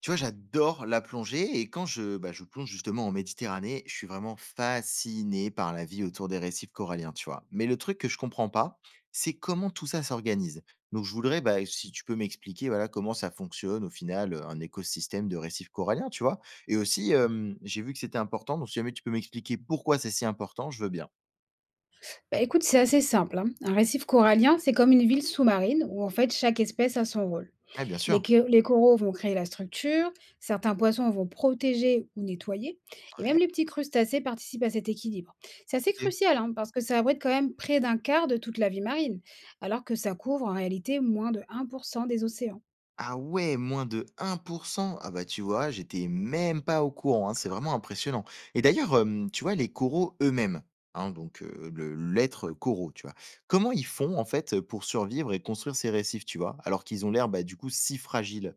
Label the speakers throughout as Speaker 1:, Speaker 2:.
Speaker 1: Tu vois, j'adore la plongée et quand je plonge justement en Méditerranée, je suis vraiment fasciné par la vie autour des récifs coralliens, tu vois. Mais le truc que je comprends pas, c'est comment tout ça s'organise. Donc je voudrais, bah, si tu peux m'expliquer, voilà, comment ça fonctionne au final un écosystème de récifs coralliens, tu vois. Et aussi, j'ai vu que c'était important, donc si jamais tu peux m'expliquer pourquoi c'est si important, je veux bien.
Speaker 2: Bah, écoute, c'est assez simple, hein. Un récif corallien, c'est comme une ville sous-marine où en fait chaque espèce a son rôle.
Speaker 1: Ouais, bien sûr.
Speaker 2: Les coraux vont créer la structure, certains poissons vont protéger ou nettoyer, et même les petits crustacés participent à cet équilibre. C'est assez
Speaker 1: Ok.
Speaker 2: crucial hein, parce que ça abrite quand même près d'un quart de toute la vie marine, alors que ça couvre en réalité moins de 1% des océans.
Speaker 1: Ah ouais, moins de 1%. Ah bah tu vois, j'étais même pas au courant, hein, c'est vraiment impressionnant. Et d'ailleurs, tu vois, les coraux eux-mêmes, hein, donc le l'être coraux, tu vois? Comment ils font en fait, pour survivre et construire ces récifs, tu vois? Alors qu'ils ont l'air, bah, du coup, si fragiles?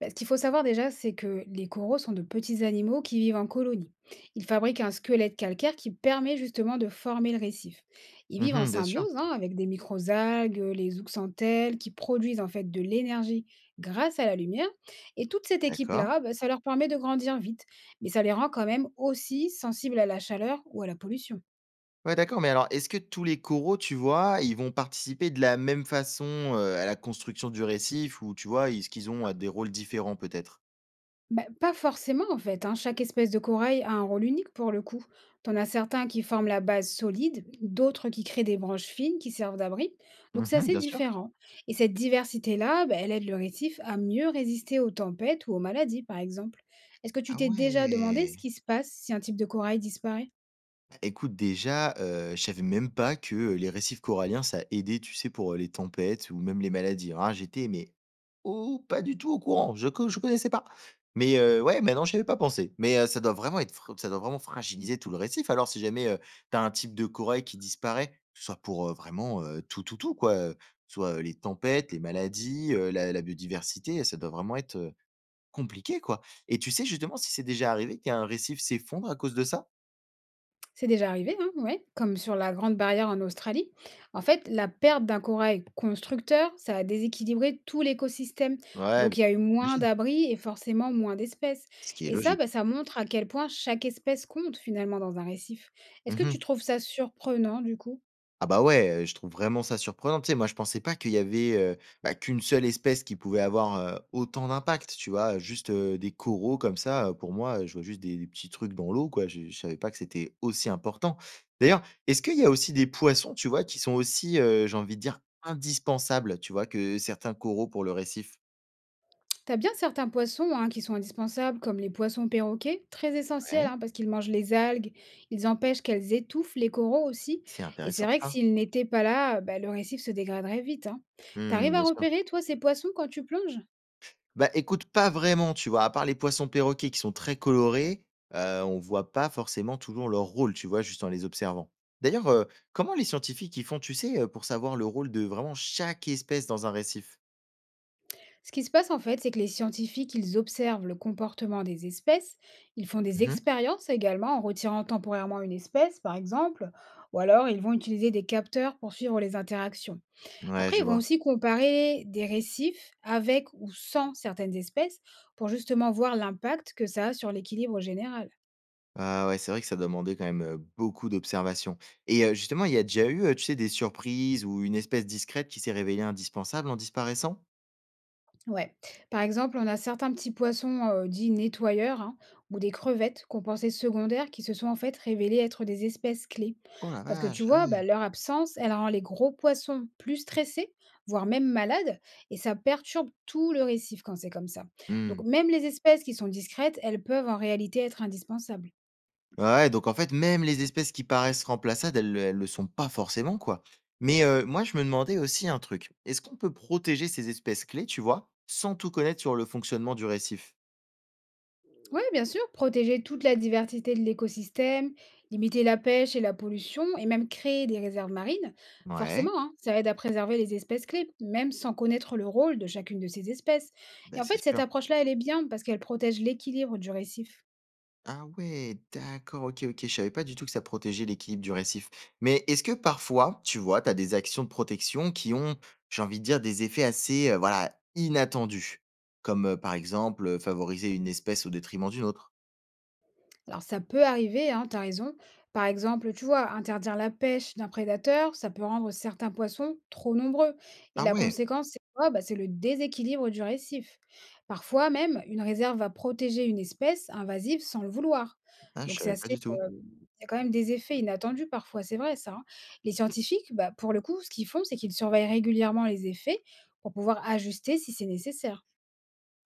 Speaker 2: Bah, ce qu'il faut savoir déjà, c'est que les coraux sont de petits animaux qui vivent en colonie. Ils fabriquent un squelette calcaire qui permet justement de former le récif. Ils vivent en
Speaker 1: Mmh, bien sûr.
Speaker 2: symbiose hein, avec des microalgues, les zooxanthelles, qui produisent en fait de l'énergie grâce à la lumière. Et toute cette
Speaker 1: D'accord.
Speaker 2: équipe-là, bah, ça leur permet de grandir vite, mais ça les rend quand même aussi sensibles à la chaleur ou à la pollution.
Speaker 1: Ouais, d'accord, mais alors est-ce que tous les coraux, tu vois, ils vont participer de la même façon, à la construction du récif, ou tu vois, est-ce qu'ils ont, des rôles différents peut-être?
Speaker 2: Bah, pas forcément en fait, hein. Chaque espèce de corail a un rôle unique pour le coup. T'en as certains qui forment la base solide, d'autres qui créent des branches fines qui servent d'abri. Donc c'est
Speaker 1: Mmh,
Speaker 2: assez
Speaker 1: bien sûr.
Speaker 2: différent. Et cette diversité-là, bah, elle aide le récif à mieux résister aux tempêtes ou aux maladies par exemple. Est-ce que tu
Speaker 1: Ah
Speaker 2: t'es déjà demandé ce
Speaker 1: ouais!
Speaker 2: qui se passe si un type de corail disparaît?
Speaker 1: Écoute, déjà, je savais même pas que, les récifs coralliens, ça aidait, tu sais, pour, les tempêtes ou même les maladies. Alors j'étais, mais oh, pas du tout au courant, je connaissais pas. Mais, ouais, maintenant, j'y avais pas pensé. Mais, ça doit vraiment être fr ça doit vraiment fragiliser tout le récif alors si jamais, tu as un type de corail qui disparaît, soit pour, vraiment, tout, tout, tout, quoi, soit, les tempêtes, les maladies, la biodiversité, ça doit vraiment être, compliqué, quoi. Et tu sais justement si c'est déjà arrivé qu'un récif s'effondre à cause de ça?
Speaker 2: C'est déjà arrivé, hein, ouais, comme sur la Grande Barrière en Australie. En fait, la perte d'un corail constructeur, ça a déséquilibré tout l'écosystème.
Speaker 1: Ouais, b
Speaker 2: Donc, il y a eu moins
Speaker 1: j'imagine.
Speaker 2: d'abris et forcément moins d'espèces.
Speaker 1: Ce qui est
Speaker 2: Et ça,
Speaker 1: logique.
Speaker 2: bah, ça montre à quel point chaque espèce compte finalement dans un récif. Est-ce que tu
Speaker 1: Mmh.
Speaker 2: trouves ça surprenant du coup?
Speaker 1: Ah bah ouais, je trouve vraiment ça surprenant. Tu sais, moi, je pensais pas qu'il y avait, bah, qu'une seule espèce qui pouvait avoir, autant d'impact, tu vois? Juste, des coraux comme ça, pour moi, je vois juste des petits trucs dans l'eau, quoi. Je savais pas que c'était aussi important. D'ailleurs, est-ce qu'il y a aussi des poissons, tu vois, qui sont aussi, j'ai envie de dire, indispensables, tu vois, que certains coraux pour le récif?
Speaker 2: T'as bien certains poissons hein, qui sont indispensables, comme les poissons perroquets, très essentiels
Speaker 1: Ouais,
Speaker 2: hein, parce qu'ils mangent les algues, ils empêchent qu'elles étouffent les coraux aussi.
Speaker 1: c'est
Speaker 2: Et c'est
Speaker 1: intéressant
Speaker 2: vrai que
Speaker 1: ça.
Speaker 2: s'ils n'étaient pas là, bah, le récif se dégraderait vite, hein.
Speaker 1: Mmh,
Speaker 2: T'arrives à
Speaker 1: bien sûr.
Speaker 2: repérer, toi, ces poissons quand tu plonges?
Speaker 1: Bah, écoute, pas vraiment, tu vois? À part les poissons perroquets qui sont très colorés, on voit pas forcément toujours leur rôle, tu vois? Juste en les observant. D'ailleurs, comment les scientifiques ils font, tu sais, pour savoir le rôle de vraiment chaque espèce dans un récif?
Speaker 2: Ce qui se passe en fait, c'est que les scientifiques, ils observent le comportement des espèces, ils font des
Speaker 1: Mmh.
Speaker 2: expériences également en retirant temporairement une espèce, par exemple, ou alors ils vont utiliser des capteurs pour suivre les interactions.
Speaker 1: Ouais,
Speaker 2: Après,
Speaker 1: je
Speaker 2: ils vont
Speaker 1: vois.
Speaker 2: aussi comparer des récifs avec ou sans certaines espèces pour justement voir l'impact que ça a sur l'équilibre général.
Speaker 1: Ah ouais, c'est vrai que ça demandait quand même, beaucoup d'observations, et justement, il y a déjà eu, tu sais, des surprises ou une espèce discrète qui s'est révélée indispensable en disparaissant?
Speaker 2: Ouais. Par exemple, on a certains petits poissons dits nettoyeurs hein, ou des crevettes qu'on pensait secondaires qui se sont en fait révélées être des espèces clés.
Speaker 1: Oh la
Speaker 2: Parce que tu
Speaker 1: vache, ah
Speaker 2: vois, bah,
Speaker 1: ouais!
Speaker 2: leur absence, elle rend les gros poissons plus stressés, voire même malades, et ça perturbe tout le récif quand c'est comme ça. Donc
Speaker 1: Mmh.
Speaker 2: même les espèces qui sont discrètes, elles peuvent en réalité être indispensables.
Speaker 1: Ouais, ouais, donc en fait, même les espèces qui paraissent remplaçables, elles, elles le sont pas forcément, quoi. Mais moi, je me demandais aussi un truc. Est-ce qu'on peut protéger ces espèces clés, tu vois, sans tout connaître sur le fonctionnement du récif?
Speaker 2: Oui, bien sûr, protéger toute la diversité de l'écosystème, limiter la pêche et la pollution, et même créer des réserves marines,
Speaker 1: Ouais,
Speaker 2: forcément, hein, ça aide à préserver les espèces clés, même sans connaître le rôle de chacune de ces espèces.
Speaker 1: bah
Speaker 2: Et en
Speaker 1: c'est
Speaker 2: fait, cette
Speaker 1: sûr.
Speaker 2: approche-là, elle est bien parce qu'elle protège l'équilibre du récif.
Speaker 1: Ah ouais, d'accord, ok, ok. Je savais pas du tout que ça protégeait l'équilibre du récif. Mais est-ce que parfois, tu vois, t'as des actions de protection qui ont, j'ai envie de dire, des effets assez, voilà, inattendus? Comme par exemple, favoriser une espèce au détriment d'une autre.
Speaker 2: Alors ça peut arriver, hein, tu raison. Par exemple, tu vois, interdire la pêche d'un prédateur, ça peut rendre certains poissons trop nombreux. Et
Speaker 1: Ah
Speaker 2: la
Speaker 1: ouais,
Speaker 2: conséquence, c'est quoi? Bah, c'est le déséquilibre du récif. Parfois même, une réserve va protéger une espèce invasive sans le vouloir.
Speaker 1: ah, je
Speaker 2: Donc c'est
Speaker 1: savais pas
Speaker 2: assez...
Speaker 1: du tout.
Speaker 2: euh, Il y a quand même des effets inattendus parfois, c'est vrai ça, hein. Les scientifiques, bah, pour le coup, ce qu'ils font, c'est qu'ils surveillent régulièrement les effets pour pouvoir ajuster si c'est nécessaire.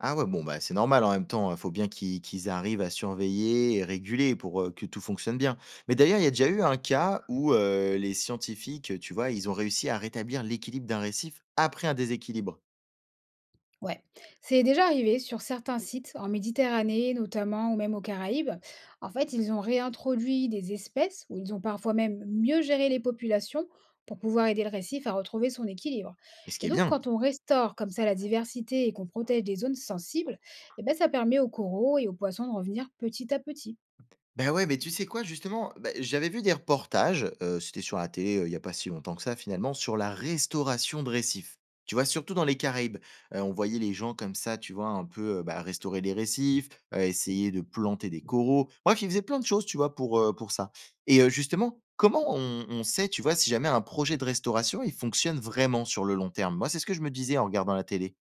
Speaker 1: Ah ouais, bon, bah, c'est normal en même temps, il faut bien qu'ils arrivent à surveiller et réguler pour que tout fonctionne bien. Mais d'ailleurs, il y a déjà eu un cas où les scientifiques, tu vois, ils ont réussi à rétablir l'équilibre d'un récif après un déséquilibre.
Speaker 2: Ouais, c'est déjà arrivé sur certains sites, en Méditerranée notamment, ou même aux Caraïbes. En fait, ils ont réintroduit des espèces, ou ils ont parfois même mieux géré les populations pour pouvoir aider le récif à retrouver son équilibre.
Speaker 1: Et ce qui
Speaker 2: Et
Speaker 1: est
Speaker 2: donc,
Speaker 1: bien.
Speaker 2: quand on restaure comme ça la diversité et qu'on protège des zones sensibles, eh ben, ça permet aux coraux et aux poissons de revenir petit à petit.
Speaker 1: Ben ouais, mais tu sais quoi? Justement, bah, j'avais vu des reportages, c'était sur la télé, il y a pas si longtemps que ça finalement, sur la restauration de récifs. Tu vois? Surtout dans les Caraïbes, on voyait les gens comme ça, tu vois? Un peu, bah, restaurer les récifs, essayer de planter des coraux. Bref, ils faisaient plein de choses, tu vois? Pour ça, et justement, comment on sait, tu vois? Si jamais un projet de restauration, il fonctionne vraiment sur le long terme? Moi, c'est ce que je me disais en regardant la télé.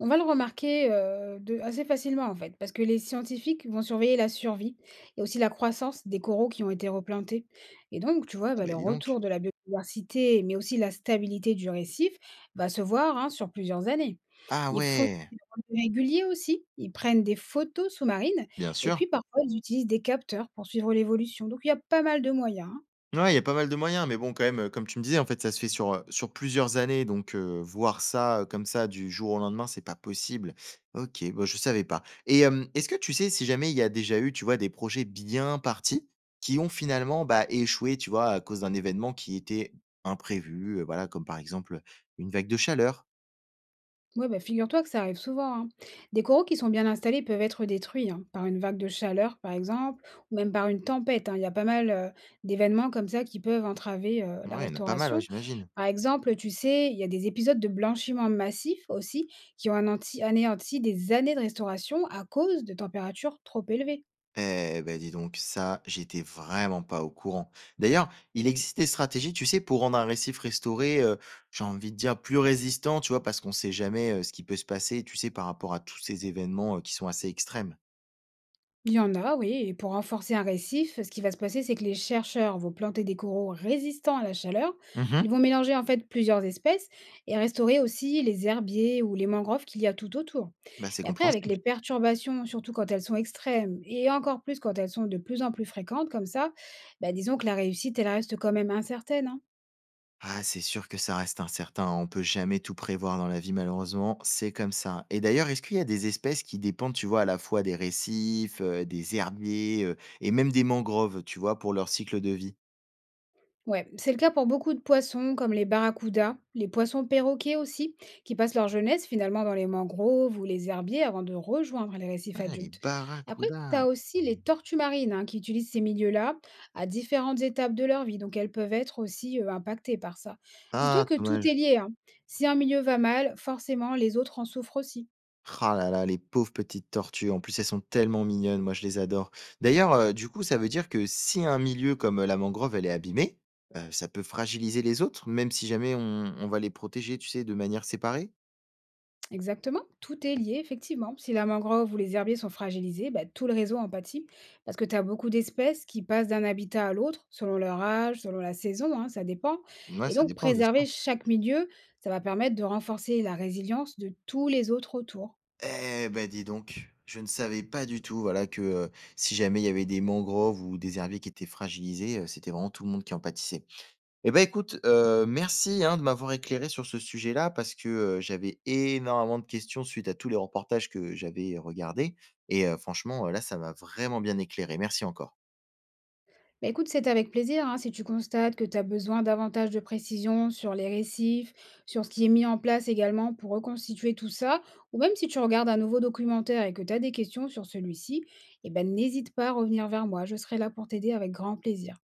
Speaker 2: On va le remarquer, de assez facilement en fait, parce que les scientifiques vont surveiller la survie et aussi la croissance des coraux qui ont été replantés et donc tu vois,
Speaker 1: Ah,
Speaker 2: bah,
Speaker 1: ben
Speaker 2: le
Speaker 1: dis donc.
Speaker 2: retour de la biodiversité, mais aussi la stabilité du récif va se voir, hein, sur plusieurs années.
Speaker 1: Ah
Speaker 2: Ils font
Speaker 1: ouais!
Speaker 2: des réguliers aussi, ils prennent des photos sous-marines
Speaker 1: Bien
Speaker 2: et
Speaker 1: sûr.
Speaker 2: puis parfois ils utilisent des capteurs pour suivre l'évolution. Donc il y a pas mal de moyens, hein.
Speaker 1: Ouais, il y a pas mal de moyens, mais bon, quand même, comme tu me disais, en fait, ça se fait sur, sur plusieurs années, donc voir ça, comme ça, du jour au lendemain, c'est pas possible. OK, bon, je savais pas et est-ce que tu sais si jamais il y a déjà eu, tu vois, des projets bien partis qui ont finalement, bah, échoué, tu vois, à cause d'un événement qui était imprévu, voilà, comme par exemple, une vague de chaleur?
Speaker 2: Ouais, bah, figure-toi que ça arrive souvent, hein. Des coraux qui sont bien installés peuvent être détruits hein, par une vague de chaleur, par exemple, ou même par une tempête, hein. Il y a pas mal d'événements comme ça qui peuvent entraver la
Speaker 1: Ouais, il y en a pas mal, ouais,
Speaker 2: restauration.
Speaker 1: j'imagine.
Speaker 2: Par exemple, tu sais, il y a des épisodes de blanchiment massif aussi qui ont anéanti des années de restauration à cause de températures trop élevées.
Speaker 1: Eh ben dis donc, ça, j'étais vraiment pas au courant. D'ailleurs, il existe des stratégies, tu sais, pour rendre un récif restauré, j'ai envie de dire plus résistant, tu vois? Parce qu'on sait jamais, ce qui peut se passer, tu sais, par rapport à tous ces événements, qui sont assez extrêmes.
Speaker 2: Il y en a, oui, et pour renforcer un récif, ce qui va se passer, c'est que les chercheurs vont planter des coraux résistants à la chaleur. Ils
Speaker 1: Mmh.
Speaker 2: vont mélanger en fait plusieurs espèces et restaurer aussi les herbiers ou les mangroves qu'il y a tout autour.
Speaker 1: Bah, c'est
Speaker 2: Mais après, avec
Speaker 1: compréhensible.
Speaker 2: les perturbations, surtout quand elles sont extrêmes et encore plus quand elles sont de plus en plus fréquentes comme ça, bah, disons que la réussite, elle reste quand même incertaine, hein.
Speaker 1: Ah, c'est sûr que ça reste incertain, on peut jamais tout prévoir dans la vie malheureusement, c'est comme ça. Et d'ailleurs, est-ce qu'il y a des espèces qui dépendent, tu vois, à la fois des récifs, des herbiers, et même des mangroves, tu vois, pour leur cycle de vie?
Speaker 2: Ouais, c'est le cas pour beaucoup de poissons comme les barracudas, les poissons perroquets aussi, qui passent leur jeunesse finalement dans les mangroves ou les herbiers avant de rejoindre les récifs
Speaker 1: Ah, les
Speaker 2: adultes. Après, tu
Speaker 1: barracudas!
Speaker 2: as aussi les tortues marines hein, qui utilisent ces milieux-là à différentes étapes de leur vie, donc elles peuvent être aussi impactées par ça. Dis-toi
Speaker 1: Ah
Speaker 2: que tout
Speaker 1: dommage.
Speaker 2: est lié, hein. Si un milieu va mal, forcément les autres en souffrent aussi.
Speaker 1: Ah là là, les pauvres petites tortues. En plus, elles sont tellement mignonnes, moi je les adore. D'ailleurs, du coup, ça veut dire que si un milieu comme, la mangrove, elle est abîmée, ça peut fragiliser les autres, même si jamais on va les protéger, tu sais, de manière séparée?
Speaker 2: Exactement, tout est lié, effectivement. Si la mangrove ou les herbiers sont fragilisés, bah, tout le réseau en pâtit, parce que tu as beaucoup d'espèces qui passent d'un habitat à l'autre, selon leur âge, selon la saison, hein, ça dépend.
Speaker 1: Ouais,
Speaker 2: Et
Speaker 1: ça
Speaker 2: donc,
Speaker 1: dépend, bien sûr.
Speaker 2: préserver chaque milieu, ça va permettre de renforcer la résilience de tous les autres autour.
Speaker 1: Eh ben dis donc, je ne savais pas du tout, voilà, que, si jamais il y avait des mangroves ou des herbiers qui étaient fragilisés, c'était vraiment tout le monde qui en pâtissait. Eh ben écoute, merci, hein, de m'avoir éclairé sur ce sujet-là parce que, j'avais énormément de questions suite à tous les reportages que j'avais regardés et franchement, là, ça m'a vraiment bien éclairé. Merci encore.
Speaker 2: Bah, écoute, c'est avec plaisir, hein. Si tu constates que tu as besoin davantage de précision sur les récifs, sur ce qui est mis en place également pour reconstituer tout ça, ou même si tu regardes un nouveau documentaire et que tu as des questions sur celui-ci, eh ben, n'hésite pas à revenir vers moi, je serai là pour t'aider avec grand plaisir.